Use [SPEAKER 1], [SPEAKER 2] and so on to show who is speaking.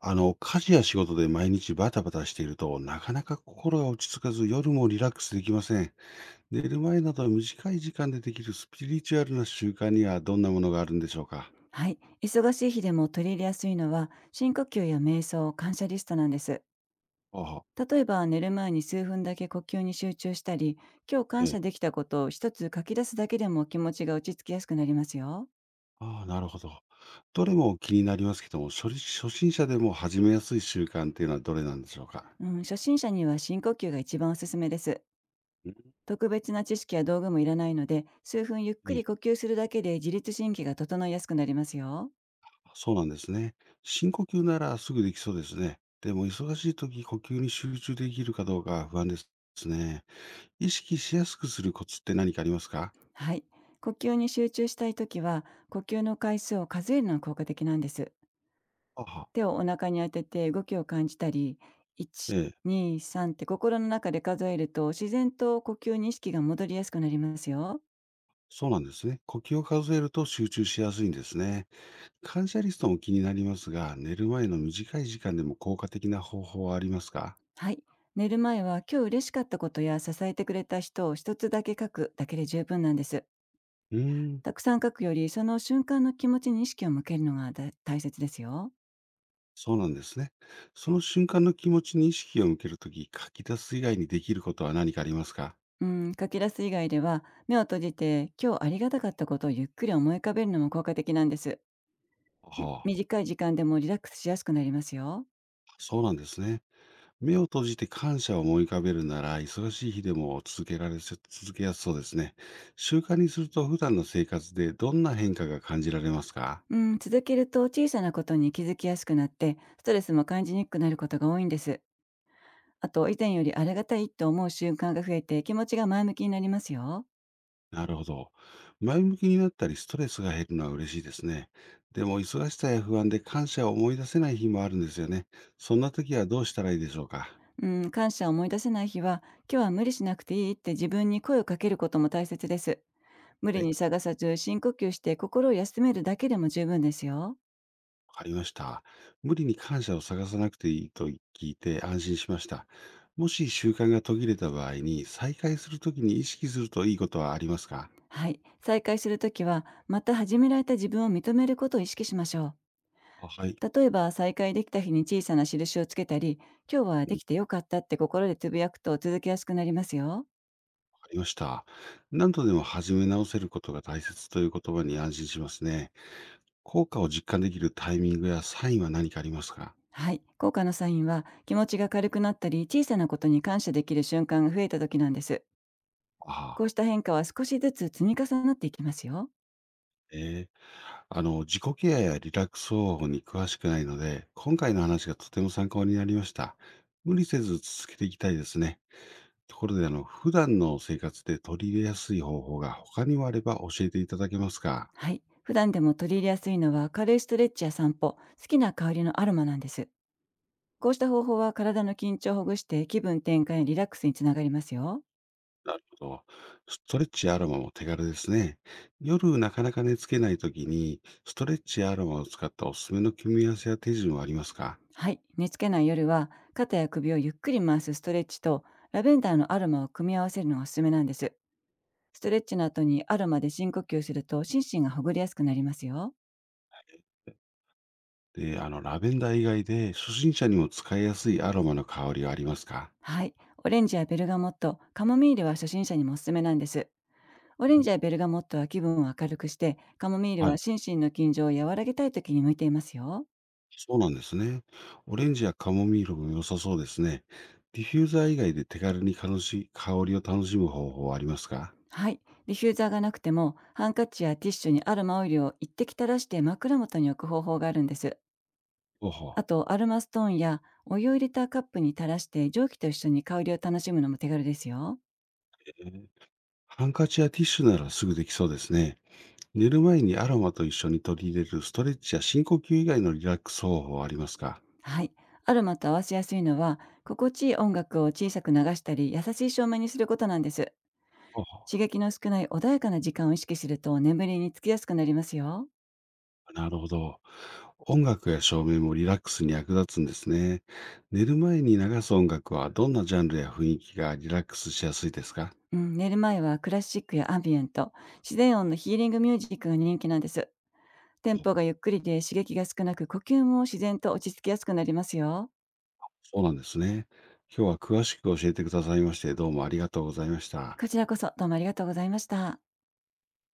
[SPEAKER 1] 家事や仕事で毎日バタバタしていると、なかなか心が落ち着かず、夜もリラックスできません。寝る前など短い時間でできるスピリチュアルな習慣にはどんなものがあるんでしょうか？
[SPEAKER 2] はい。忙しい日でも取り入れやすいのは、深呼吸や瞑想、感謝リストなんです。
[SPEAKER 1] ああ、
[SPEAKER 2] 例えば、寝る前に数分だけ呼吸に集中したり、今日
[SPEAKER 1] え
[SPEAKER 2] 感
[SPEAKER 1] え。
[SPEAKER 2] 謝できたことを一つ書き出すだけでも気持ちが落ち着きやすくなりますよ。
[SPEAKER 1] ああ、なるほど。どれも気になりますけども、初日初心者でも始めやすい習慣っていうのはどれなんでしょうか？
[SPEAKER 2] うん、初心者には深呼吸が一番おすすめです。
[SPEAKER 1] うん。
[SPEAKER 2] 特別な知識や道具もいらないので、数分ゆっく
[SPEAKER 1] いえ、
[SPEAKER 2] り呼吸するだけで自律神経が整いやすくなりますよ。
[SPEAKER 1] そうなんですね。深呼吸ならすぐできそうですね。でも、忙しい時、呼吸に集中できるかどうか不安ですね。意識しやすくするコツって何かありますか？
[SPEAKER 2] はい。呼吸に集中したいときは、呼吸の回数を数えるのが効果的なんです。
[SPEAKER 1] あは。
[SPEAKER 2] 手をお腹に当てて動きを感じたり、
[SPEAKER 1] え
[SPEAKER 2] 1、
[SPEAKER 1] え、
[SPEAKER 2] 2、3って心の中で数えると自然と呼吸に意識が戻りやすくなりますよ。
[SPEAKER 1] そうなんですね。呼吸を数えると集中しやすいんですね。感謝リストも気になりますが、寝る前の短い時間でも効果的な方法はありますか？
[SPEAKER 2] はい。寝る前は今日嬉しかったことや支えてくれた人を一つだけ書くだけで十分なんです。
[SPEAKER 1] うーん、
[SPEAKER 2] たくさん書くよりその瞬間の気持ちに意識を向けるのが大切ですよ。
[SPEAKER 1] そうなんですね。その瞬間の気持ちに意識を向けるとき、書き出す以外にできることは何かありますか？
[SPEAKER 2] うん、書き出す以外では目を閉じて今日ありがたかったことをゆっくり思い浮かべるのも効果的なんです。
[SPEAKER 1] あ
[SPEAKER 2] み
[SPEAKER 1] はあ、
[SPEAKER 2] 短い時間でもリラックスしやすくなりますよ。
[SPEAKER 1] そうなんですね。目を閉じて感謝を思い浮かべるなら、忙しい日でも続けられせ続けやすそうですね。習慣にすると普段の生活でどんな変化が感じられますか？
[SPEAKER 2] うん、続けると小さなことに気づきやすくなってストレスも感じにくくなることが多いんです。あと、以前よりありがたいと思う瞬間が増えて気持ちが前向きになりますよ。
[SPEAKER 1] なるほど。前向きになったりストレスが減るのは嬉しいですね。でも忙しさや不安で感謝を思い出せない日もあるんですよね。そんな時はどうしたらいいでしょうか？
[SPEAKER 2] うん、感謝を思い出せない日は、今日は無理しなくていいって自分に声をかけることも大切です。無理
[SPEAKER 1] はい、
[SPEAKER 2] に探さず深呼吸して心を休めるだけでも十分ですよ。
[SPEAKER 1] わかりました。無理に感謝を探さなくていいと聞いて安心しました。もし習慣が途切れた場合に再開するときに意識するといいことはありますか？
[SPEAKER 2] はい。再開するときは、また始められた自分を認めることを意識しましょう。
[SPEAKER 1] あ、はい。
[SPEAKER 2] 例えば、再会できた日に小さな印をつけたり、今日は
[SPEAKER 1] うん、
[SPEAKER 2] で
[SPEAKER 1] わ
[SPEAKER 2] きてよかったって心でつぶやくと続けやすくなりますよ。
[SPEAKER 1] かりました。何度でも始め直せることが大切という言葉に安心しますね。効果を実感できるタイミングやサインは何かありますか？
[SPEAKER 2] はい。効果のサインは気持ちが軽くなったり、小さなことに感謝できる瞬間が増えた時なんです。こ
[SPEAKER 1] ああ、
[SPEAKER 2] うした変化は少しずつ積み重なっていきますよ。
[SPEAKER 1] ええ。自己ケアやリラックス方法に詳しくないので、今回の話がとても参考になりました。無理せず続けていきたいですね。ところで、普段の生活で取り入れやすい方法が他にもあれば教えていただけますか？
[SPEAKER 2] はい。普段でも取り入れやすいのは軽いストレッチや散歩、好きな香りのアロマなんです。こうした方法は体の緊張をほぐして気分転換やリラックスにつながりますよ。
[SPEAKER 1] なるほど。ストレッチやアロマも手軽ですね。夜なかなか寝つけないときに、ストレッチやアロマを使ったおすすめの組み合わせや手順はありますか？
[SPEAKER 2] はい。寝つけない夜は、肩や首をゆっくり回すストレッチと、ラベンダーのアロマを組み合わせるのがおすすめなんです。ストレッチの後にアロマで深呼吸すると、心身がほぐれやすくなりますよ。
[SPEAKER 1] で、ラベンダー以外で初心者にも使いやすいアロマの香りはありますか？
[SPEAKER 2] はい。オレンジやベルガモット、カモミールは初心者にもおすすめなんです。オレンジや
[SPEAKER 1] ん。
[SPEAKER 2] ベルガモットは気分を明るくして、カモミール
[SPEAKER 1] は
[SPEAKER 2] は
[SPEAKER 1] い。
[SPEAKER 2] 心身の緊張を和らげたい時に向いていますよ。
[SPEAKER 1] そうなんですね。オレンジやカモミールも良さそうですね。ディフューザー以外で手軽に楽し香りを楽しむ方法はありますか？
[SPEAKER 2] はい。ディフューザーがなくても、ハンカチやティッシュにアロマオイルを一滴垂らして枕元に置く方法があるんです。
[SPEAKER 1] ほうほう。
[SPEAKER 2] あと、アロマストーンやお湯を入れたカップに垂らして蒸気と一緒に香りを楽しむのも手軽ですよ。
[SPEAKER 1] えー。ハンカチやティッシュならすぐできそうですね。寝る前にアロマと一緒に取り入れるストレッチや深呼吸以外のリラックス方法はありますか？
[SPEAKER 2] はい。アロマと合わせやすいのは、心地いい音楽を小さく流したり、優しい照明にすることなんです。
[SPEAKER 1] ほうほ
[SPEAKER 2] 刺激の少ない穏やかな時間を意識すると眠りにつきやすくなりますよ。
[SPEAKER 1] う。なるほど。音楽や照明もリラックスに役立つんですね。寝る前に流す音楽はどんなジャンルや雰囲気がリラックスしやすいですか？
[SPEAKER 2] うん、寝る前はクラシックやアンビエント、自然音のヒーリングミュージックが人気なんです。テンポがゆっくりで刺激が少なく、呼吸も自然と落ち着きやすくなりますよ。
[SPEAKER 1] そうなんですね。今日は詳しく教えてくださいまして、どうもありがとうございました。
[SPEAKER 2] こちらこそどうもありがとうございました。